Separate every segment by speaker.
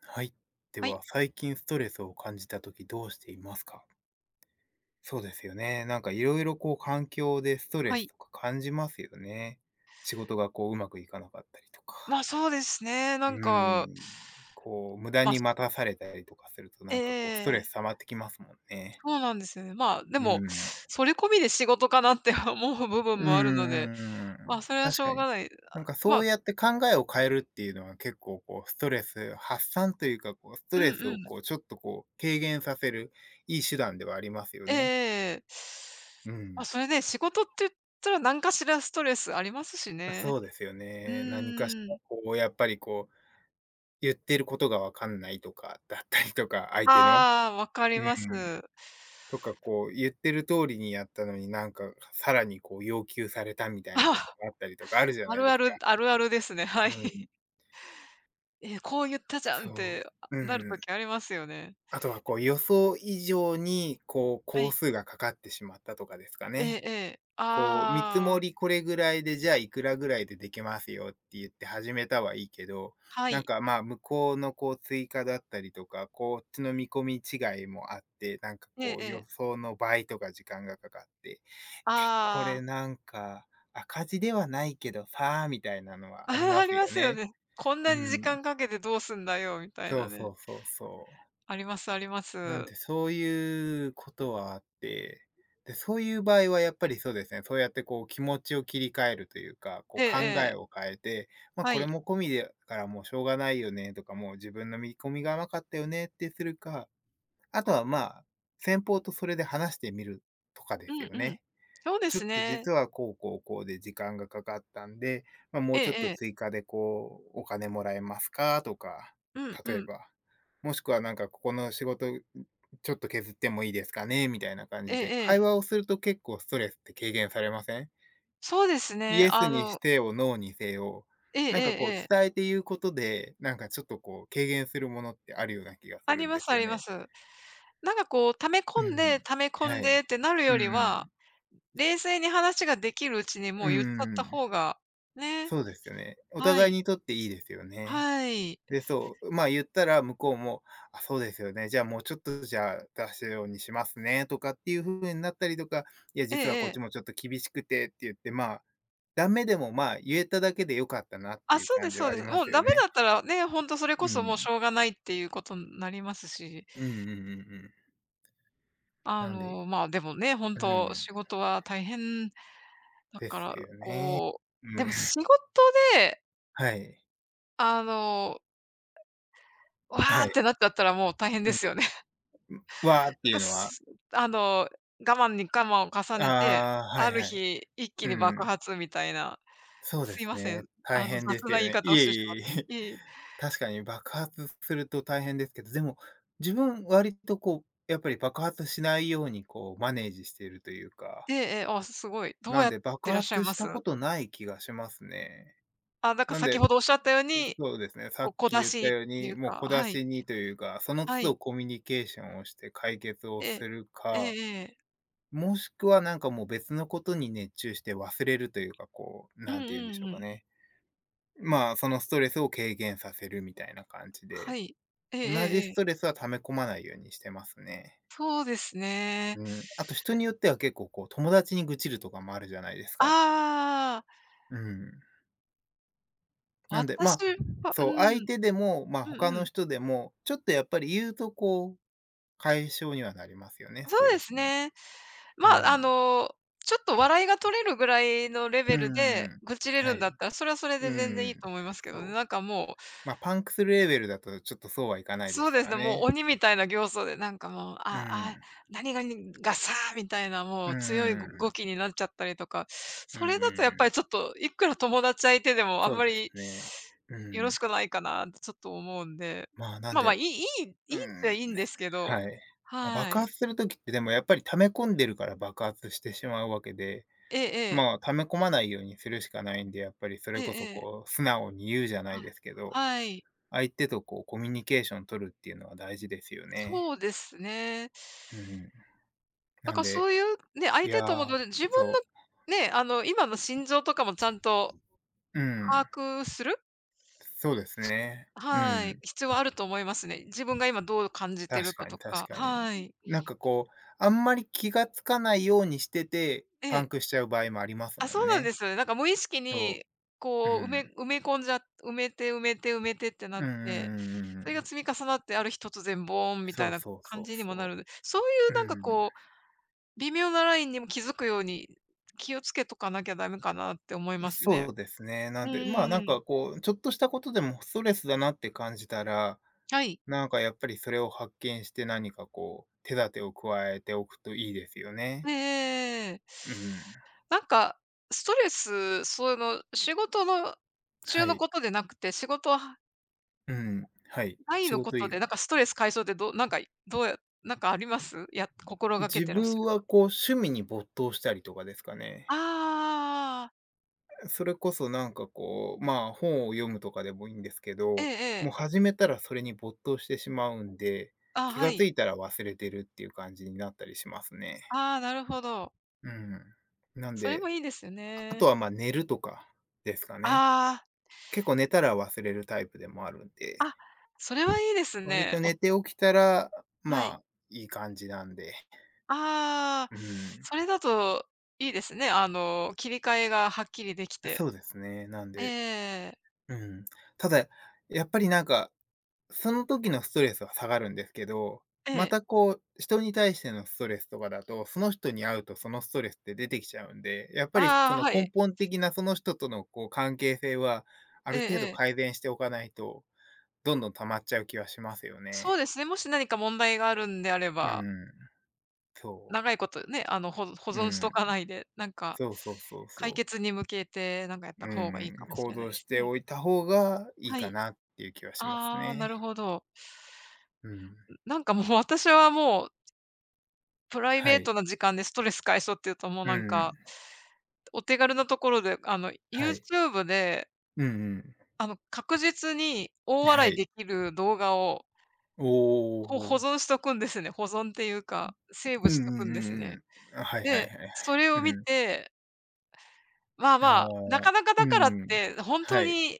Speaker 1: はい。で
Speaker 2: はい、
Speaker 1: は、最近ストレスを感じたときどうしていますか？そうですよね。なんかいろいろこう環境でストレ
Speaker 2: は
Speaker 1: ス
Speaker 2: い。
Speaker 1: とか感じますよね。仕事がこううまくいかなかったりと
Speaker 2: ま
Speaker 1: か。
Speaker 2: あ、そうですね。な
Speaker 1: う
Speaker 2: んか、
Speaker 1: ーん。こう、無駄
Speaker 2: まあ、
Speaker 1: に
Speaker 2: そ
Speaker 1: 待たされたりとかすると
Speaker 2: え
Speaker 1: なんかこうストレ
Speaker 2: え、
Speaker 1: ス溜まってきますもんね。
Speaker 2: そうなんですよね。まあ、で
Speaker 1: う
Speaker 2: も、
Speaker 1: ん。
Speaker 2: それ込みで仕事かなって 思う部分
Speaker 1: う
Speaker 2: もあるので、
Speaker 1: ん
Speaker 2: まあ
Speaker 1: ん。
Speaker 2: それはし
Speaker 1: 確
Speaker 2: ょ
Speaker 1: か
Speaker 2: うが
Speaker 1: に。
Speaker 2: ない。あ、
Speaker 1: なんか
Speaker 2: ま
Speaker 1: そ
Speaker 2: あ。
Speaker 1: うやって考えを変えるっていうのは結構こうストレス発散というか、こうスト
Speaker 2: うん
Speaker 1: レス
Speaker 2: う
Speaker 1: を
Speaker 2: ん。
Speaker 1: こうちょっとこう軽減させるいい手段ではありますよね。
Speaker 2: ええ、
Speaker 1: う
Speaker 2: まあ、
Speaker 1: ん。
Speaker 2: それね、仕事って言ったら何かしらストレスありますしね。
Speaker 1: そうですよ
Speaker 2: う
Speaker 1: ね。何かし
Speaker 2: ー
Speaker 1: ら
Speaker 2: ん。
Speaker 1: こうやっぱりこう言ってることがわかんないとかだったりとか、相手の。
Speaker 2: ああ、わかり
Speaker 1: う
Speaker 2: ます。
Speaker 1: ん。とかこう言ってる通りにやったのになんかさらにこう要求されたみたいなこと
Speaker 2: あ、
Speaker 1: があったりとかあるじゃ
Speaker 2: あ
Speaker 1: ない
Speaker 2: る
Speaker 1: です
Speaker 2: あ
Speaker 1: か。
Speaker 2: るあるあるですね。は
Speaker 1: う
Speaker 2: い。
Speaker 1: ん。
Speaker 2: え、こう言ったじゃんって、
Speaker 1: そう。
Speaker 2: なる
Speaker 1: う
Speaker 2: と
Speaker 1: ん。
Speaker 2: きありますよね。
Speaker 1: あとはこう予想以上に、こう
Speaker 2: は
Speaker 1: 工
Speaker 2: い。
Speaker 1: 数がかかってしまったとかですか
Speaker 2: ええ
Speaker 1: ね。
Speaker 2: ええ。
Speaker 1: こう見積
Speaker 2: あ
Speaker 1: も
Speaker 2: あ、
Speaker 1: りこれぐらいで、じゃあいくらぐらいでできますよって言って始めたはいいけど、
Speaker 2: は
Speaker 1: なん
Speaker 2: い。
Speaker 1: かまあ向こうのこう追加だったりとか、こっちの見込み違いもあって、なんか
Speaker 2: ええ
Speaker 1: こう
Speaker 2: え
Speaker 1: 予
Speaker 2: え。
Speaker 1: 想の倍とか時間がかかって、こ
Speaker 2: あ
Speaker 1: れ
Speaker 2: あ、
Speaker 1: なんか赤字ではないけどさ、みたいなの はありま
Speaker 2: あり
Speaker 1: す
Speaker 2: ま
Speaker 1: よ
Speaker 2: すよ
Speaker 1: ね。
Speaker 2: ね。こん
Speaker 1: う
Speaker 2: なに時
Speaker 1: ん。
Speaker 2: 間かけてどうすんだよみたい
Speaker 1: そ
Speaker 2: な
Speaker 1: うそ
Speaker 2: ね。
Speaker 1: うそうそう。
Speaker 2: ありますありま
Speaker 1: なん
Speaker 2: す。
Speaker 1: で、そういうことはあって、で、そういう場合はやっぱりそうですね、そうやってこう気持ちを切り替えるというか、こ
Speaker 2: え
Speaker 1: う
Speaker 2: え
Speaker 1: 考
Speaker 2: え
Speaker 1: え
Speaker 2: え。
Speaker 1: を変えて、ま、
Speaker 2: は
Speaker 1: これ
Speaker 2: い。
Speaker 1: も込みでからもうしょうがないよねとか、もう自分の見込みが甘かったよねってするか、あとはまあ、先方とそれで話してみるとか
Speaker 2: う
Speaker 1: です
Speaker 2: ん
Speaker 1: よ
Speaker 2: うん。
Speaker 1: ね。
Speaker 2: そうで
Speaker 1: ちょ
Speaker 2: す
Speaker 1: っと
Speaker 2: ね。
Speaker 1: 実はこうこうこうで時間がかかったんで、まあ、も
Speaker 2: え
Speaker 1: う
Speaker 2: え
Speaker 1: ちょっ
Speaker 2: え
Speaker 1: と
Speaker 2: え。
Speaker 1: 追加でこう、お金もらえますかとか、
Speaker 2: うん
Speaker 1: 例
Speaker 2: う
Speaker 1: え
Speaker 2: ん。
Speaker 1: ば。もしくはなんかここの仕事、ちょっと削ってもいいですかね、みたいな感
Speaker 2: え
Speaker 1: じ
Speaker 2: え
Speaker 1: で、
Speaker 2: え
Speaker 1: 会
Speaker 2: え。
Speaker 1: 話をすると結構ストレスって軽減されません？
Speaker 2: そうです
Speaker 1: イ
Speaker 2: ね。
Speaker 1: エス
Speaker 2: あ
Speaker 1: にし
Speaker 2: の、
Speaker 1: てよ、ノーにせよ、
Speaker 2: ええ
Speaker 1: なんか
Speaker 2: えええ
Speaker 1: こ
Speaker 2: え。
Speaker 1: う伝えて言うことで、なんかちょっとこう軽減するものってあるような気がす
Speaker 2: あり
Speaker 1: るん
Speaker 2: ま
Speaker 1: で
Speaker 2: す
Speaker 1: す
Speaker 2: あ
Speaker 1: よ
Speaker 2: りま
Speaker 1: ね。
Speaker 2: す。なんかこう溜め
Speaker 1: う
Speaker 2: 込んで、
Speaker 1: ん。
Speaker 2: 溜め込
Speaker 1: は
Speaker 2: んで
Speaker 1: い。
Speaker 2: ってなる
Speaker 1: う
Speaker 2: より
Speaker 1: んう
Speaker 2: は、
Speaker 1: ん。
Speaker 2: 冷静に話ができるうちにも
Speaker 1: う
Speaker 2: う言っちゃっ
Speaker 1: ん
Speaker 2: た
Speaker 1: う。
Speaker 2: 方が、ね。
Speaker 1: そうですよね。お
Speaker 2: は
Speaker 1: 互い
Speaker 2: い、
Speaker 1: にとっていいですよね。
Speaker 2: はい。
Speaker 1: で、そう、まあ、言ったら向こうも、あ、そうですよね、じゃあ、もうちょっと、じゃあ、出すようにしますねとかっていう風になったりとか、いや、
Speaker 2: え
Speaker 1: 実は
Speaker 2: ええ
Speaker 1: こっち
Speaker 2: え。
Speaker 1: もちょっと厳しくてって言って、まあ、ダメでも、まあ、言えただけで良かったなって
Speaker 2: あ、
Speaker 1: いう
Speaker 2: そうで
Speaker 1: 感
Speaker 2: す
Speaker 1: じ
Speaker 2: そ
Speaker 1: は
Speaker 2: う
Speaker 1: あ
Speaker 2: で
Speaker 1: り
Speaker 2: す。
Speaker 1: ま
Speaker 2: も
Speaker 1: す
Speaker 2: うダ
Speaker 1: よ
Speaker 2: メ
Speaker 1: ね。
Speaker 2: だったらね、ほんとそれこ
Speaker 1: う
Speaker 2: そもう
Speaker 1: ん。
Speaker 2: しょうがないっていうことになりますし、
Speaker 1: うんうんうんうん。
Speaker 2: あ
Speaker 1: なんで
Speaker 2: の、まあ、でもね、ほん
Speaker 1: うん、
Speaker 2: と仕事は大変だ
Speaker 1: で
Speaker 2: か
Speaker 1: す
Speaker 2: ら、
Speaker 1: よね。
Speaker 2: こう、
Speaker 1: う
Speaker 2: でも
Speaker 1: ん。
Speaker 2: 仕事で、
Speaker 1: はい。
Speaker 2: あの、わあ
Speaker 1: は
Speaker 2: っ
Speaker 1: い。
Speaker 2: てなっちゃったらもう大変
Speaker 1: う
Speaker 2: で
Speaker 1: ん。
Speaker 2: すよね。
Speaker 1: わーっ
Speaker 2: な
Speaker 1: て
Speaker 2: ん
Speaker 1: い
Speaker 2: か、
Speaker 1: うのは、
Speaker 2: あの、我慢に我慢を重ねて、
Speaker 1: ああ、は
Speaker 2: あ
Speaker 1: い
Speaker 2: る
Speaker 1: はい。
Speaker 2: 日一気
Speaker 1: う
Speaker 2: に爆
Speaker 1: ん。
Speaker 2: 発みたいな。
Speaker 1: そうで
Speaker 2: すい
Speaker 1: す
Speaker 2: ません、
Speaker 1: ね。大
Speaker 2: あの、
Speaker 1: 変で
Speaker 2: 雑
Speaker 1: すよ
Speaker 2: な言い
Speaker 1: ね。
Speaker 2: 方
Speaker 1: い
Speaker 2: をし
Speaker 1: え
Speaker 2: てし
Speaker 1: い
Speaker 2: まっ
Speaker 1: えいえ。
Speaker 2: て。いえいえ。
Speaker 1: 確かに爆発すると大変ですけど、でも、自分割とこう、やっぱり爆発しないようにこうマネージしているというか、
Speaker 2: ええええ、あ、すごい。どう
Speaker 1: な
Speaker 2: や
Speaker 1: ん
Speaker 2: っ
Speaker 1: で爆
Speaker 2: てらっしゃい
Speaker 1: 発
Speaker 2: ま
Speaker 1: し
Speaker 2: す？
Speaker 1: たことない気がしますね。
Speaker 2: あ、なんか
Speaker 1: なん
Speaker 2: 先
Speaker 1: で、
Speaker 2: ほどおっしゃったように。
Speaker 1: そうですね、さっ
Speaker 2: 小
Speaker 1: き
Speaker 2: 出
Speaker 1: 言った
Speaker 2: しっ
Speaker 1: よう
Speaker 2: てい
Speaker 1: に、
Speaker 2: う
Speaker 1: もう
Speaker 2: か、
Speaker 1: 小出
Speaker 2: はい、
Speaker 1: しにというか、その都
Speaker 2: は
Speaker 1: 度
Speaker 2: い。
Speaker 1: コミュニケーションをして解決を
Speaker 2: ええ。
Speaker 1: する
Speaker 2: ええ
Speaker 1: か、
Speaker 2: ええ。
Speaker 1: もしくはなんかもう別のことに熱中して忘れるというか、こう、
Speaker 2: うん
Speaker 1: な
Speaker 2: う
Speaker 1: んて言うんでし
Speaker 2: ん
Speaker 1: ょう
Speaker 2: う
Speaker 1: か
Speaker 2: ん。
Speaker 1: ね。まあ、そのストレスを軽減させるみたいな感じ
Speaker 2: は
Speaker 1: で、
Speaker 2: い。えええ
Speaker 1: 同じ
Speaker 2: ええ
Speaker 1: ストレ
Speaker 2: え。
Speaker 1: スは溜め込まないようにしてますね。
Speaker 2: そうですね。
Speaker 1: うん。あと人によっては結構こう、友達に愚痴るとかもあるじゃないですか。
Speaker 2: ああ、
Speaker 1: うん。なんで、ま
Speaker 2: 私
Speaker 1: あ、
Speaker 2: は。うん、
Speaker 1: そう、相手
Speaker 2: う
Speaker 1: でも、まあ、他
Speaker 2: んう
Speaker 1: の
Speaker 2: ん。
Speaker 1: 人でも、ちょっとやっぱり言うとこう、解消にはなりますよね、
Speaker 2: そ
Speaker 1: スト
Speaker 2: うで
Speaker 1: レ
Speaker 2: す
Speaker 1: スの。
Speaker 2: ね。
Speaker 1: う
Speaker 2: まあ、あ
Speaker 1: ん。
Speaker 2: の、ちょっと笑いが取れるぐらいのレ
Speaker 1: う
Speaker 2: ベル
Speaker 1: んう
Speaker 2: で
Speaker 1: ん。
Speaker 2: 愚痴れ
Speaker 1: は
Speaker 2: るんだっ
Speaker 1: い。
Speaker 2: たら、それはそれで
Speaker 1: う
Speaker 2: 全然いいと
Speaker 1: ん。
Speaker 2: 思いますけどね。
Speaker 1: そ
Speaker 2: な
Speaker 1: う。
Speaker 2: んかもう
Speaker 1: まあ、パンクするレベルだとちょっとそうはいかないで
Speaker 2: そ
Speaker 1: す
Speaker 2: う
Speaker 1: か
Speaker 2: です
Speaker 1: ら
Speaker 2: ね、もう
Speaker 1: ね。
Speaker 2: 鬼みたいな形相で、なんかもう、
Speaker 1: う
Speaker 2: ああ、
Speaker 1: ん。
Speaker 2: 何々がさ、みたいな、も
Speaker 1: うん
Speaker 2: う
Speaker 1: う
Speaker 2: 強い
Speaker 1: んう
Speaker 2: 語気
Speaker 1: ん。
Speaker 2: になっちゃったりとか、
Speaker 1: うん
Speaker 2: そ
Speaker 1: う
Speaker 2: れ
Speaker 1: ん
Speaker 2: だと
Speaker 1: う
Speaker 2: やっぱりちょ
Speaker 1: ん。
Speaker 2: っと、いくら友達相手でもあん
Speaker 1: そう
Speaker 2: ま
Speaker 1: です
Speaker 2: り
Speaker 1: ね。う
Speaker 2: よろ
Speaker 1: ん。
Speaker 2: しくないかなってちょっと思うんで。
Speaker 1: まあ、なん
Speaker 2: まあまあ、い
Speaker 1: で、
Speaker 2: いいいいい
Speaker 1: う
Speaker 2: っちゃ
Speaker 1: ん、
Speaker 2: いいんですけど、
Speaker 1: はい。ま、あ
Speaker 2: は
Speaker 1: 爆
Speaker 2: い。
Speaker 1: 発する時ってでもやっぱり溜め込んでるから爆発してしまうわけで、
Speaker 2: ええええ、
Speaker 1: まあ、溜め込まないようにするしかないんで、やっぱりそ
Speaker 2: え
Speaker 1: れ
Speaker 2: え
Speaker 1: こそ
Speaker 2: ええ、
Speaker 1: こう素直に言うじゃない
Speaker 2: はい。
Speaker 1: ですけど、
Speaker 2: はい、
Speaker 1: 相手とこうコミュニケーション取るっていうのは大事ですよね。
Speaker 2: そうですね。
Speaker 1: うん。
Speaker 2: だ
Speaker 1: な
Speaker 2: か
Speaker 1: ん
Speaker 2: ら
Speaker 1: で、
Speaker 2: そういうね、相
Speaker 1: いや
Speaker 2: 手とも
Speaker 1: ー、
Speaker 2: どうで自分
Speaker 1: そ
Speaker 2: のね、あの、今の心情とかもちゃんと
Speaker 1: う、う
Speaker 2: 把
Speaker 1: ん、
Speaker 2: 握する。
Speaker 1: そうですね。う
Speaker 2: はい、
Speaker 1: ん。
Speaker 2: 必要あると思いますね。自分が今どう感じてる
Speaker 1: 確
Speaker 2: か
Speaker 1: か
Speaker 2: と
Speaker 1: に確
Speaker 2: か、
Speaker 1: かに。
Speaker 2: はい。
Speaker 1: なんかこう、あんまり気がつかないようにしてて、
Speaker 2: え
Speaker 1: パン
Speaker 2: え。
Speaker 1: クしちゃう場合もあります
Speaker 2: あ、
Speaker 1: も
Speaker 2: そ
Speaker 1: ん
Speaker 2: うなんで
Speaker 1: ね。
Speaker 2: すよね。なんか無意識
Speaker 1: そ
Speaker 2: に、
Speaker 1: う。う
Speaker 2: こう
Speaker 1: ん。
Speaker 2: 埋め込んじゃ、埋めて埋めて埋めてってなっ
Speaker 1: うんうん
Speaker 2: て、
Speaker 1: うんう
Speaker 2: それが
Speaker 1: ん。
Speaker 2: 積み重なってある日突然ボーンみた
Speaker 1: そ
Speaker 2: い
Speaker 1: う
Speaker 2: な
Speaker 1: そうそ
Speaker 2: 感じ
Speaker 1: う
Speaker 2: にもな
Speaker 1: そ
Speaker 2: るので、そういう
Speaker 1: う。う
Speaker 2: なんか
Speaker 1: ん。
Speaker 2: こう、微妙なラインにも気づくように、気をつけとかなきゃダメかなって思いますね。
Speaker 1: そうですね。な
Speaker 2: う
Speaker 1: んで、まあなん
Speaker 2: ん。
Speaker 1: かこう、ちょっとしたことでもストレスだなって感じたら、
Speaker 2: はい。
Speaker 1: なんかやっぱりそれを発見して何かこう、手立てを加えておくといいですよね。
Speaker 2: ええ、
Speaker 1: うん。
Speaker 2: なんか、ストレス、その、仕事の中
Speaker 1: は
Speaker 2: の
Speaker 1: い。
Speaker 2: ことでなくて、仕事は
Speaker 1: うん。はい。
Speaker 2: 外
Speaker 1: 仕
Speaker 2: のこ
Speaker 1: 事
Speaker 2: と
Speaker 1: 以
Speaker 2: で、
Speaker 1: 外。
Speaker 2: なんかストレス解消ってどうなんか、どうやなんかあります？心がけ
Speaker 1: 自
Speaker 2: てらっしゃ
Speaker 1: 分
Speaker 2: る
Speaker 1: はこう趣味に没頭したりとかですかね。
Speaker 2: あああ、
Speaker 1: それこそなんかこう、まあ、本を読むとかでもいいんですけ
Speaker 2: ええ
Speaker 1: ど、
Speaker 2: え
Speaker 1: もう
Speaker 2: え。
Speaker 1: 始めたらそれに没頭してしまうんで、
Speaker 2: あ、
Speaker 1: 気
Speaker 2: は
Speaker 1: がつ
Speaker 2: い。
Speaker 1: いたら忘れてるっていう感じになったりしますね。
Speaker 2: ああ、なるほど。
Speaker 1: うん。なん
Speaker 2: それ
Speaker 1: で、
Speaker 2: もいいですよ
Speaker 1: あと
Speaker 2: ね。
Speaker 1: はまあ寝るとかですかね。
Speaker 2: ああ、
Speaker 1: 結構寝たら忘れるタイプでもあるんで、
Speaker 2: あ、それはいいです
Speaker 1: 割
Speaker 2: ね。
Speaker 1: と寝て起きたら、
Speaker 2: はい。
Speaker 1: まあいい感じなんで、
Speaker 2: ああ、
Speaker 1: うん。
Speaker 2: それだといいですね。あの、切り替えがはっきりできて。
Speaker 1: そうですね。なんで、
Speaker 2: ええ。
Speaker 1: うん。ただ、やっぱりなんかその時のストレスは下がるんですけど、
Speaker 2: え
Speaker 1: ま
Speaker 2: え。
Speaker 1: たこう、人に対してのストレスとかだと、その人に会うとそのストレスって出てきちゃうんで、やっぱりそ
Speaker 2: ああ、
Speaker 1: の
Speaker 2: はい。
Speaker 1: 根本的なその人とのこう関係性は、あ
Speaker 2: ええ
Speaker 1: る程度
Speaker 2: ええ。
Speaker 1: 改善しておかないと、どんどん溜まっちゃう気はしますよね。
Speaker 2: そうですね、もし何か問題があるんであれ
Speaker 1: う
Speaker 2: ば、
Speaker 1: ん、そう。
Speaker 2: 長いことね、あの、保
Speaker 1: う
Speaker 2: 存しと
Speaker 1: ん、
Speaker 2: かないで、なんか、
Speaker 1: そうそうそう
Speaker 2: 解
Speaker 1: そ
Speaker 2: 決
Speaker 1: う。
Speaker 2: に向けてなんかやっ
Speaker 1: う
Speaker 2: た方がいいか
Speaker 1: ん、
Speaker 2: もし
Speaker 1: 行
Speaker 2: れない
Speaker 1: 動
Speaker 2: で
Speaker 1: し
Speaker 2: す
Speaker 1: て
Speaker 2: ね。
Speaker 1: おいた方がいい
Speaker 2: は
Speaker 1: か
Speaker 2: い。
Speaker 1: なっていう気はします
Speaker 2: ああ、なる
Speaker 1: ね。
Speaker 2: ほど。
Speaker 1: うん、
Speaker 2: なんかもう私はもう、プライ
Speaker 1: は
Speaker 2: ベー
Speaker 1: い。
Speaker 2: トな時間でストレス解消っていうともう
Speaker 1: う
Speaker 2: なんか、
Speaker 1: ん、
Speaker 2: お手軽なところで、あの、
Speaker 1: はい。
Speaker 2: YouTube で、
Speaker 1: うんうん。
Speaker 2: あの、確実に大
Speaker 1: は
Speaker 2: 笑い
Speaker 1: い。
Speaker 2: できる動画を、
Speaker 1: お
Speaker 2: 保
Speaker 1: お。
Speaker 2: 存しとくんですね。保存っていうか、セー
Speaker 1: う
Speaker 2: ブ
Speaker 1: ん
Speaker 2: しと
Speaker 1: う
Speaker 2: く
Speaker 1: ん
Speaker 2: んです
Speaker 1: うんう
Speaker 2: ね。
Speaker 1: ん。あ、はいはいはい
Speaker 2: で、
Speaker 1: はい。
Speaker 2: それを見
Speaker 1: うん。
Speaker 2: て、まあま
Speaker 1: あ
Speaker 2: あ、なか
Speaker 1: あ、
Speaker 2: なか
Speaker 1: う
Speaker 2: だからっ
Speaker 1: ん。
Speaker 2: て、本当
Speaker 1: はい。
Speaker 2: に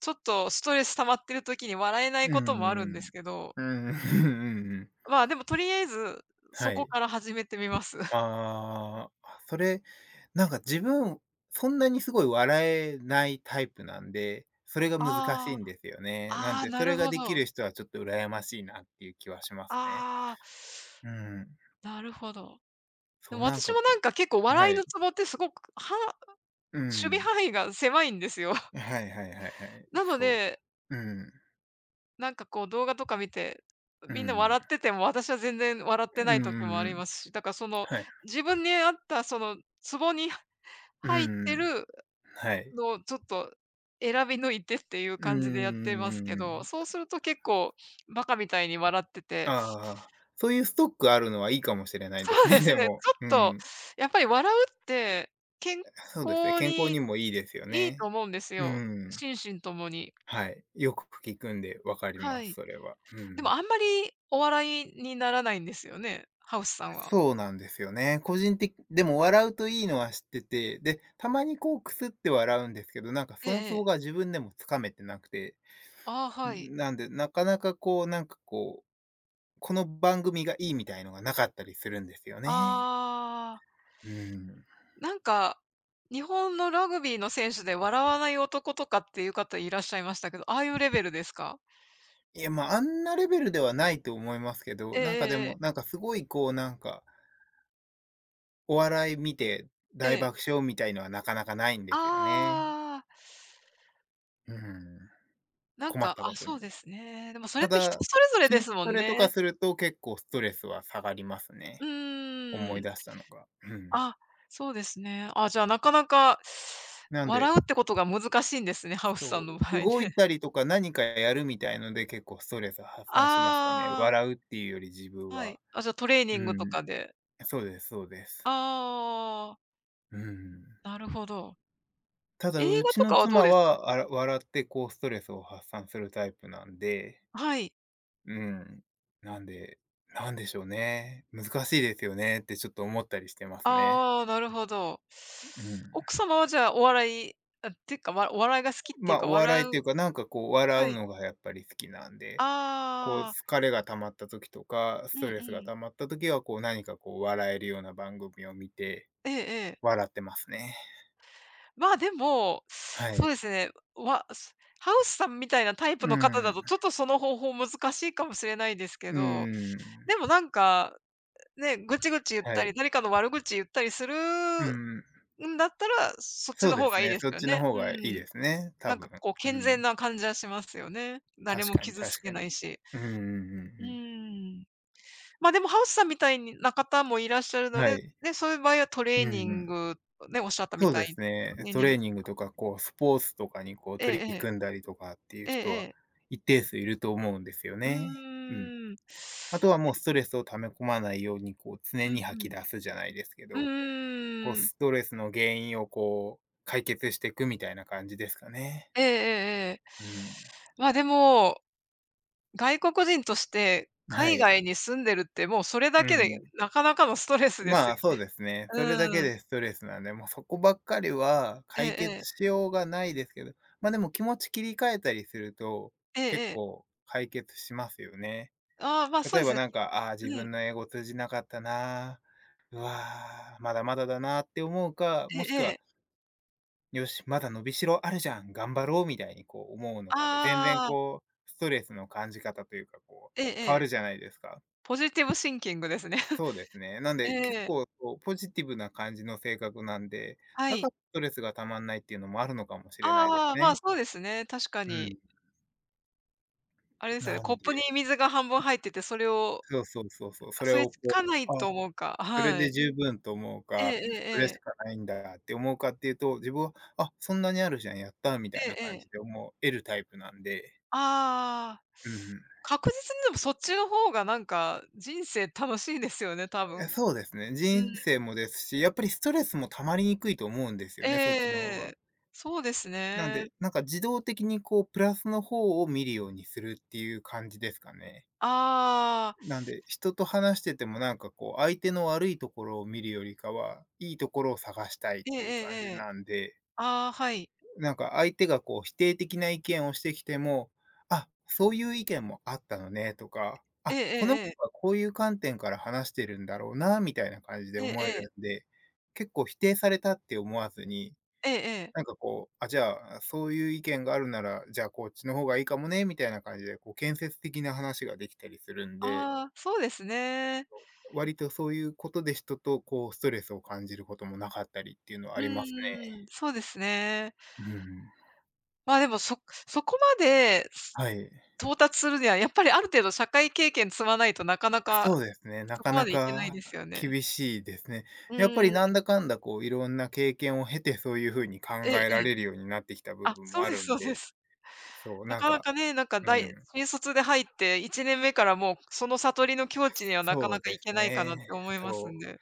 Speaker 2: ちょっとストレス溜まってる時に笑えない
Speaker 1: う
Speaker 2: こ
Speaker 1: ん
Speaker 2: ともある
Speaker 1: う
Speaker 2: んです
Speaker 1: ん。
Speaker 2: けど、
Speaker 1: うん、うんうんうんうんうん
Speaker 2: まあ、でもとりあえず、そ
Speaker 1: は
Speaker 2: こ
Speaker 1: い。
Speaker 2: から始めてみます。
Speaker 1: ああ、それ、なんか自分、そんなにすごい笑えないタイプなんで、それが難し
Speaker 2: あ
Speaker 1: いんですよね。な
Speaker 2: あ、
Speaker 1: ん
Speaker 2: ああ、
Speaker 1: で、
Speaker 2: な
Speaker 1: それ
Speaker 2: る
Speaker 1: が
Speaker 2: ほ
Speaker 1: でき
Speaker 2: ど。
Speaker 1: る人はちょっと羨ましいなっていう気はしますね。
Speaker 2: ああ、
Speaker 1: うん。
Speaker 2: なるほど。で
Speaker 1: そう、
Speaker 2: も
Speaker 1: なん
Speaker 2: 私
Speaker 1: か
Speaker 2: もなん
Speaker 1: こ
Speaker 2: か結構
Speaker 1: う、は
Speaker 2: 笑いの
Speaker 1: い。
Speaker 2: ツボってすごくは
Speaker 1: う
Speaker 2: 守備
Speaker 1: ん。
Speaker 2: 範囲が狭いんですよ。
Speaker 1: はいはいはいはい。
Speaker 2: なの
Speaker 1: そ
Speaker 2: で、
Speaker 1: う。うん。
Speaker 2: なんかこう動画とか見て、
Speaker 1: う
Speaker 2: み
Speaker 1: ん
Speaker 2: んな
Speaker 1: う
Speaker 2: 笑っ
Speaker 1: ん
Speaker 2: てても、私は全然笑ってな
Speaker 1: う
Speaker 2: い
Speaker 1: ん
Speaker 2: 時
Speaker 1: う
Speaker 2: も
Speaker 1: ん
Speaker 2: あ
Speaker 1: う
Speaker 2: り
Speaker 1: ん。
Speaker 2: ますし、だからその、
Speaker 1: はい。
Speaker 2: 自分に合ったそのツボに
Speaker 1: う
Speaker 2: 入っ
Speaker 1: んうん。
Speaker 2: てる
Speaker 1: はい。
Speaker 2: のをちょっと選び抜いてっていう
Speaker 1: うん
Speaker 2: 感じでやっ
Speaker 1: う
Speaker 2: て
Speaker 1: んう
Speaker 2: ます
Speaker 1: ん
Speaker 2: け
Speaker 1: う
Speaker 2: ど、
Speaker 1: ん。
Speaker 2: そうすると結構バカみたいに笑ってて、
Speaker 1: ああ、そういうストックあるのはいいかもしれないで
Speaker 2: そ
Speaker 1: す
Speaker 2: うで
Speaker 1: ね、
Speaker 2: す
Speaker 1: で
Speaker 2: ね、ち
Speaker 1: も。
Speaker 2: ょ
Speaker 1: う
Speaker 2: っと
Speaker 1: ん。
Speaker 2: やっぱり笑うって健
Speaker 1: そうですね、
Speaker 2: 康
Speaker 1: 健康に
Speaker 2: に
Speaker 1: もいいですよ
Speaker 2: いいと
Speaker 1: ね。
Speaker 2: 思うんです
Speaker 1: う
Speaker 2: よ、
Speaker 1: ん。
Speaker 2: 心身ともに。
Speaker 1: はい。よく聞くんでわかり
Speaker 2: は
Speaker 1: ます、
Speaker 2: い。
Speaker 1: それは。う
Speaker 2: でも
Speaker 1: ん。
Speaker 2: あんまりお笑いにならないんですよね、ハウスさんは。
Speaker 1: そうなんですよね。個人的でも笑うといいのは知ってて、で、たまにこうくすって笑うんですけど、なんか
Speaker 2: え
Speaker 1: そ
Speaker 2: え
Speaker 1: の
Speaker 2: え
Speaker 1: ツボ
Speaker 2: え。
Speaker 1: が自分でもつかめてなくて、
Speaker 2: ああ、はい。
Speaker 1: なんで、なかなかこう、なんかこうこの番組がいいみたいのがなかったりするんですよね。
Speaker 2: ああ、
Speaker 1: うん。
Speaker 2: なんか、日本のラグビーの選手で笑わない男とかっていう方いらっしゃいましたけど、ああいうレベルですか？
Speaker 1: いや、まあ、あんなレベルではないと思いますけ
Speaker 2: え
Speaker 1: ど、
Speaker 2: え
Speaker 1: なんかで
Speaker 2: えええ
Speaker 1: も、
Speaker 2: え。
Speaker 1: なんかすごいお笑い見て大爆笑みたいのはなかなかないんですよね。
Speaker 2: ああ、
Speaker 1: うん、
Speaker 2: なん
Speaker 1: 困っ
Speaker 2: か、
Speaker 1: たこ
Speaker 2: あ、
Speaker 1: と
Speaker 2: そう
Speaker 1: に。
Speaker 2: ですね。でもそれ
Speaker 1: た
Speaker 2: って人
Speaker 1: だ、
Speaker 2: それぞれで
Speaker 1: 筋
Speaker 2: すも
Speaker 1: ト
Speaker 2: ん
Speaker 1: レとか
Speaker 2: ね。
Speaker 1: すると結構ストレスは下がります
Speaker 2: う
Speaker 1: ね。
Speaker 2: ー
Speaker 1: 思い
Speaker 2: ん。
Speaker 1: 出したのが。うん。
Speaker 2: あ、そうですね。あ、じゃあ、なかなか
Speaker 1: なん
Speaker 2: 笑
Speaker 1: で、
Speaker 2: うってことが難しいんですね、ハウスさん
Speaker 1: そ
Speaker 2: の場
Speaker 1: う、
Speaker 2: 合ね。
Speaker 1: 動い たりとか何かやるみたいので結構ストレス発散しますかね。
Speaker 2: あ
Speaker 1: 笑うっていうより自
Speaker 2: あ、
Speaker 1: 分
Speaker 2: は
Speaker 1: は。
Speaker 2: い。あ、じゃあトレーニン
Speaker 1: う
Speaker 2: グと
Speaker 1: ん、
Speaker 2: かで。
Speaker 1: そうですそうです。
Speaker 2: ああ、
Speaker 1: うん。
Speaker 2: なるほど。
Speaker 1: ただ、
Speaker 2: 映
Speaker 1: う
Speaker 2: 画
Speaker 1: ち
Speaker 2: とか
Speaker 1: の
Speaker 2: はどう
Speaker 1: 妻
Speaker 2: ですか？
Speaker 1: は、あら笑って、こう、ストレスを発散するタイプなんで、
Speaker 2: はい。
Speaker 1: うん。なんで、なんでしょうね。難しいですよねってちょっと思ったりしてますね。
Speaker 2: ああ、なるほど。
Speaker 1: うん。
Speaker 2: 奥様はじゃあ、お笑い、っていうか、お笑いが好きってい
Speaker 1: ま
Speaker 2: う
Speaker 1: あ、
Speaker 2: か、
Speaker 1: お笑い
Speaker 2: 笑
Speaker 1: って
Speaker 2: う。
Speaker 1: いうか、なんかこう、
Speaker 2: は
Speaker 1: 笑う
Speaker 2: い。
Speaker 1: のがやっぱり好きなんで、こう、
Speaker 2: ああ、
Speaker 1: 疲れが溜まった時とか、ス
Speaker 2: うんう
Speaker 1: トレスが
Speaker 2: ん。
Speaker 1: 溜まった時は、こう、何かこう、笑えるような番組を見て、
Speaker 2: ええええ。
Speaker 1: 笑ってますね。
Speaker 2: まあ、でも、
Speaker 1: は
Speaker 2: そう
Speaker 1: い。
Speaker 2: ですね、ハウスさんみたいなタイプ
Speaker 1: う
Speaker 2: の方だ
Speaker 1: ん。
Speaker 2: と、ちょっとその方法難しいかもしれないですけ
Speaker 1: う
Speaker 2: ど、
Speaker 1: ん。
Speaker 2: でもなんか、ね、ぐちぐち言っ
Speaker 1: は
Speaker 2: たり、
Speaker 1: い。
Speaker 2: 誰かの悪口言ったりする
Speaker 1: うん、
Speaker 2: んだったら、そっち
Speaker 1: そう
Speaker 2: の
Speaker 1: で
Speaker 2: 方
Speaker 1: す
Speaker 2: がいい
Speaker 1: ね。
Speaker 2: です
Speaker 1: そっ
Speaker 2: よ
Speaker 1: ちの
Speaker 2: ね。
Speaker 1: 方
Speaker 2: う
Speaker 1: がいい
Speaker 2: ん。
Speaker 1: ですね、多
Speaker 2: なんか
Speaker 1: 分。
Speaker 2: こう
Speaker 1: う
Speaker 2: 健全
Speaker 1: ん。
Speaker 2: な感じはしますよね。誰
Speaker 1: 確
Speaker 2: も
Speaker 1: かに
Speaker 2: 傷つ
Speaker 1: 確
Speaker 2: け
Speaker 1: かに。
Speaker 2: ないし。
Speaker 1: うんうんうんう
Speaker 2: うー
Speaker 1: ん。
Speaker 2: ん。ま、でもハウスさんみたいにな方もいらっしゃるの
Speaker 1: は
Speaker 2: で、
Speaker 1: い。
Speaker 2: ね、そういう場合はト
Speaker 1: う
Speaker 2: レーニ
Speaker 1: んう
Speaker 2: ン
Speaker 1: ん。
Speaker 2: グ、ね、おっしゃったみ
Speaker 1: そう
Speaker 2: たい
Speaker 1: で
Speaker 2: に、
Speaker 1: す
Speaker 2: ト
Speaker 1: ね。
Speaker 2: レー
Speaker 1: ト
Speaker 2: ニン
Speaker 1: レ
Speaker 2: グ。
Speaker 1: ーニングとか、こう、スポーツとかに、こう、
Speaker 2: ええ
Speaker 1: 取
Speaker 2: え
Speaker 1: り
Speaker 2: え。
Speaker 1: 組んだりとかっていう
Speaker 2: ええ
Speaker 1: 人
Speaker 2: え
Speaker 1: は
Speaker 2: え。
Speaker 1: 一定数いると思うんですよ
Speaker 2: う
Speaker 1: ね。うん。
Speaker 2: ーん。
Speaker 1: あとはもうストレスを溜め込まないように、こう、常
Speaker 2: うん
Speaker 1: に吐き出すじゃないですけ
Speaker 2: う
Speaker 1: ど、こう、
Speaker 2: ん。うーん。
Speaker 1: ストレスの原因を、こう、解決していくみたいな感じですかね。
Speaker 2: ええええええ。
Speaker 1: うん。
Speaker 2: ま、でも、外国人として
Speaker 1: は
Speaker 2: 海
Speaker 1: い。
Speaker 2: 外に住んでるってもうそれ
Speaker 1: う
Speaker 2: だけで
Speaker 1: ん。
Speaker 2: なかなかのストレスです
Speaker 1: ま
Speaker 2: よ。
Speaker 1: あ、そうですね。それだけ
Speaker 2: うん。
Speaker 1: でストレスなんで、もうそこばっかりは
Speaker 2: ええ
Speaker 1: 解決
Speaker 2: ええ。
Speaker 1: しようがないですけど、ま、でも気持ち切り替えたりすると、
Speaker 2: ええ
Speaker 1: 結
Speaker 2: ええ。
Speaker 1: 構解決しますよね。
Speaker 2: ああ、ま、そう
Speaker 1: 例え
Speaker 2: です
Speaker 1: ば
Speaker 2: ね。
Speaker 1: なんか、ああー、自
Speaker 2: うん。
Speaker 1: 分の英語通じなかったなー、うわー、まだまだだなーって思うか、
Speaker 2: え
Speaker 1: もし
Speaker 2: え
Speaker 1: く
Speaker 2: え
Speaker 1: は、
Speaker 2: え。
Speaker 1: よし、まだ伸びしろあるじゃん、頑張ろうみたいにこう思うのかで、全然
Speaker 2: ああ、
Speaker 1: こう、ストレスの感じ方というか、こ
Speaker 2: ええ
Speaker 1: う
Speaker 2: え
Speaker 1: 変わ
Speaker 2: え。
Speaker 1: るじゃないですか。
Speaker 2: ポジティブシンキングですね。
Speaker 1: そうですね。なん
Speaker 2: え
Speaker 1: で、結
Speaker 2: え、
Speaker 1: 構こうポジティブな感じの性格なんで、
Speaker 2: は
Speaker 1: だか
Speaker 2: い。
Speaker 1: らストレスが溜まんないっていうのもあるのかもしれないです
Speaker 2: ああ、まあ、
Speaker 1: ね。
Speaker 2: そうですね、確か
Speaker 1: う
Speaker 2: に。
Speaker 1: ん。
Speaker 2: あれですよね、
Speaker 1: な
Speaker 2: コッ
Speaker 1: んで
Speaker 2: プに水が半分入ってて、それを、
Speaker 1: そう、それ
Speaker 2: それし
Speaker 1: をこ
Speaker 2: かない
Speaker 1: う、あ、
Speaker 2: と思うか、
Speaker 1: それ
Speaker 2: は
Speaker 1: で
Speaker 2: い。
Speaker 1: 十分と思う
Speaker 2: ええ
Speaker 1: か、
Speaker 2: ええ
Speaker 1: そ
Speaker 2: え
Speaker 1: れし
Speaker 2: え。
Speaker 1: かないんだって思うかっていうと、自分は、あ、そんなにあるじゃん、やった、み
Speaker 2: え
Speaker 1: たいな
Speaker 2: え
Speaker 1: 感
Speaker 2: ええ。
Speaker 1: じで思えるタイプなんで。
Speaker 2: ああ。
Speaker 1: うんうん。
Speaker 2: 確実にでもそっちの方がなんか人生楽しいですよね、多分。う
Speaker 1: え、そうですね。人
Speaker 2: ん。
Speaker 1: 生もですし、やっぱりストレスも溜まりにくいと思うんですよ
Speaker 2: ええ
Speaker 1: ね、そっちの方
Speaker 2: え
Speaker 1: が。
Speaker 2: え。そうです
Speaker 1: なん
Speaker 2: ね。
Speaker 1: で、なんか自動的にこうプラスの方を見るようにするっていう感じですかね。
Speaker 2: ああ、
Speaker 1: なんで、人と話しててもなんかこう相手の悪いところを見るよりかは、いいところを探したいっ
Speaker 2: えええ
Speaker 1: ていう感じ
Speaker 2: えええ。
Speaker 1: なんで、
Speaker 2: ああ、はい。
Speaker 1: なんか相手がこう否定的な意見をしてきても、あ、そういう意見もあったのねとか、
Speaker 2: え
Speaker 1: あ、
Speaker 2: ええ
Speaker 1: この人
Speaker 2: えええ。
Speaker 1: はこういう観点から話してるんだろうなみたいな感じで
Speaker 2: ええ
Speaker 1: 思え
Speaker 2: ええ。
Speaker 1: るんで、結構否定されたって思わずに、
Speaker 2: ええ、
Speaker 1: なんかこう、あ、じゃあ、そういう意見があるなら、じゃあこっちの方がいいかもね、みたいな感じで、こう建設的な話ができたりするんで、
Speaker 2: ああ、そうですね。
Speaker 1: 割とそういうことで人とこうストレスを感じることもなかったりっていうのはあ
Speaker 2: う
Speaker 1: りますね。
Speaker 2: んん、そうですね。
Speaker 1: うん。
Speaker 2: まあ、でも、そこまで、
Speaker 1: はい。
Speaker 2: 到達するには、やっぱりある程度社会経験積まないとなかな
Speaker 1: そ
Speaker 2: か、
Speaker 1: うですね、な
Speaker 2: そ
Speaker 1: か
Speaker 2: こま
Speaker 1: な
Speaker 2: でいけない
Speaker 1: か
Speaker 2: ですよね。
Speaker 1: 厳しいですね。
Speaker 2: う
Speaker 1: やっぱ
Speaker 2: ん
Speaker 1: りなん
Speaker 2: ん。
Speaker 1: だかんだこういろんな経験を経て、そういう風に考
Speaker 2: ええ
Speaker 1: え
Speaker 2: え
Speaker 1: ら
Speaker 2: え。
Speaker 1: れるようになってきた部
Speaker 2: あ、
Speaker 1: 分
Speaker 2: そ
Speaker 1: も
Speaker 2: う
Speaker 1: あ
Speaker 2: で
Speaker 1: る
Speaker 2: すそ
Speaker 1: ん
Speaker 2: うで
Speaker 1: で、
Speaker 2: す。
Speaker 1: そう、
Speaker 2: な
Speaker 1: なん
Speaker 2: かな
Speaker 1: か、
Speaker 2: かね、なんか、
Speaker 1: うん、
Speaker 2: 新卒で入って1年目からもう、その悟りの境地にはなか
Speaker 1: そ
Speaker 2: な
Speaker 1: う
Speaker 2: か
Speaker 1: で
Speaker 2: いけ
Speaker 1: す
Speaker 2: ないかな
Speaker 1: ね。
Speaker 2: って思います
Speaker 1: そ
Speaker 2: んで。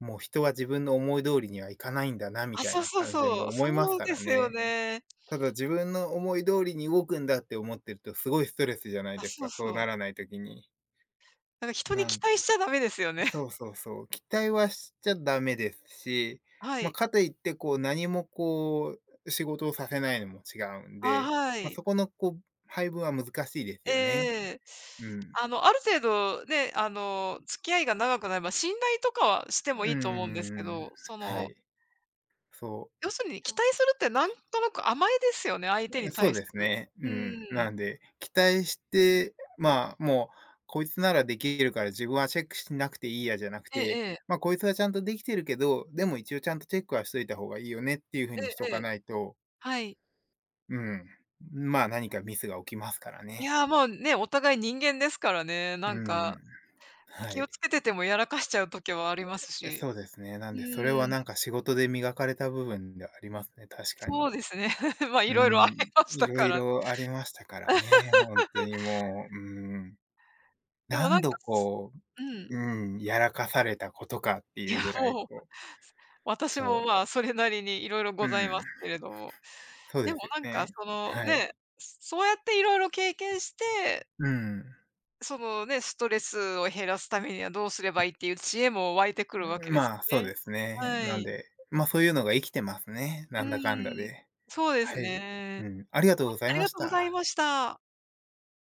Speaker 1: う。もう人は自分の思い通りにはいかないんだなみ
Speaker 2: あ、
Speaker 1: たい
Speaker 2: そう
Speaker 1: な
Speaker 2: そう
Speaker 1: 感じで
Speaker 2: そ
Speaker 1: も
Speaker 2: う。
Speaker 1: 思いま
Speaker 2: そ
Speaker 1: す
Speaker 2: う
Speaker 1: か
Speaker 2: で
Speaker 1: ら
Speaker 2: すよ
Speaker 1: ね。
Speaker 2: ね。
Speaker 1: ただ自分の思い通りに動くんだって思ってるとすごいストレスじゃない
Speaker 2: あ、
Speaker 1: です
Speaker 2: そう
Speaker 1: か、そう
Speaker 2: そう。
Speaker 1: ならない時に。
Speaker 2: なんか人に
Speaker 1: な
Speaker 2: 期
Speaker 1: んで
Speaker 2: 待しちゃダメですよね。
Speaker 1: そう、期待はしちゃダメですし、
Speaker 2: は
Speaker 1: まあ、
Speaker 2: い。
Speaker 1: かといってこう何もこう仕事をさせないのも違うん
Speaker 2: あ、
Speaker 1: で、
Speaker 2: は
Speaker 1: まあ、
Speaker 2: い。
Speaker 1: そこのこう配分は難しいですよね。
Speaker 2: ええ、
Speaker 1: うん。
Speaker 2: あの、ある程度ね、あの、付き合いが長くなれば、信頼とかはして
Speaker 1: うん
Speaker 2: も
Speaker 1: う
Speaker 2: いい
Speaker 1: ん
Speaker 2: と
Speaker 1: う
Speaker 2: 思うんです
Speaker 1: ん
Speaker 2: け
Speaker 1: うん。
Speaker 2: ど、そ
Speaker 1: は
Speaker 2: の、
Speaker 1: い。そう。
Speaker 2: 要するに期待するってなんとなく甘えですよね、相手に
Speaker 1: そう
Speaker 2: 対す
Speaker 1: です
Speaker 2: る。
Speaker 1: ね。う
Speaker 2: う
Speaker 1: ん。
Speaker 2: ん。
Speaker 1: なんで、期待して、まあ、もう、こいつならできるから自分はチェックしなくていいやじゃなく
Speaker 2: ええ
Speaker 1: て、
Speaker 2: ええ。
Speaker 1: まあ、こいつはちゃんとできてるけど、でも一応ちゃんとチェックはしといた方がいいよねっていう風にし
Speaker 2: え
Speaker 1: とか
Speaker 2: え、
Speaker 1: ないと、
Speaker 2: はい。
Speaker 1: うん、まあ、何かミスが起きますから
Speaker 2: い
Speaker 1: ね。
Speaker 2: やー、もうね、お互い人間ですからね、
Speaker 1: う
Speaker 2: なんか、
Speaker 1: ん。は
Speaker 2: 気を
Speaker 1: い。
Speaker 2: つけててもやらかしちゃう時はありますし。
Speaker 1: そうですね。な
Speaker 2: う
Speaker 1: んで、それ
Speaker 2: ん、
Speaker 1: はなんか仕事で磨かれた部分ではありますね、確か
Speaker 2: そ
Speaker 1: に。
Speaker 2: うですね。まあ、いろいろあ
Speaker 1: う
Speaker 2: り
Speaker 1: ん。
Speaker 2: まし
Speaker 1: い
Speaker 2: た
Speaker 1: ろ
Speaker 2: か
Speaker 1: い
Speaker 2: ら。
Speaker 1: ろありましたからね、本当にもう、うん。
Speaker 2: でもな
Speaker 1: 何
Speaker 2: ん
Speaker 1: 度
Speaker 2: か。
Speaker 1: こ
Speaker 2: うん。
Speaker 1: う、うん、やらかされたことかって
Speaker 2: い
Speaker 1: い
Speaker 2: や、
Speaker 1: うぐらい、
Speaker 2: もう、
Speaker 1: こう、
Speaker 2: 私
Speaker 1: そ
Speaker 2: も、まあ、それなりにいろいろ
Speaker 1: う、う
Speaker 2: ござい
Speaker 1: ん、
Speaker 2: ますけれども。
Speaker 1: そう
Speaker 2: で
Speaker 1: で
Speaker 2: も、
Speaker 1: すよ
Speaker 2: なんか、
Speaker 1: ね。
Speaker 2: その、
Speaker 1: は
Speaker 2: ね、
Speaker 1: い。
Speaker 2: そうやっていろいろ経験して、
Speaker 1: うん。
Speaker 2: そのね、ストレスを減らすためにはどうすればいいっていう知恵も湧いてくるわけです
Speaker 1: まあ、そう
Speaker 2: ね。
Speaker 1: ですね。
Speaker 2: は
Speaker 1: なん
Speaker 2: い。
Speaker 1: で、ま、そういうのが生きてますね、
Speaker 2: う
Speaker 1: なんだかんだ
Speaker 2: ーん。
Speaker 1: で。
Speaker 2: そうです
Speaker 1: はい。
Speaker 2: ね。
Speaker 1: うん、ありがとうござい
Speaker 2: あり
Speaker 1: ま
Speaker 2: が
Speaker 1: し
Speaker 2: とうござい
Speaker 1: た。
Speaker 2: ました。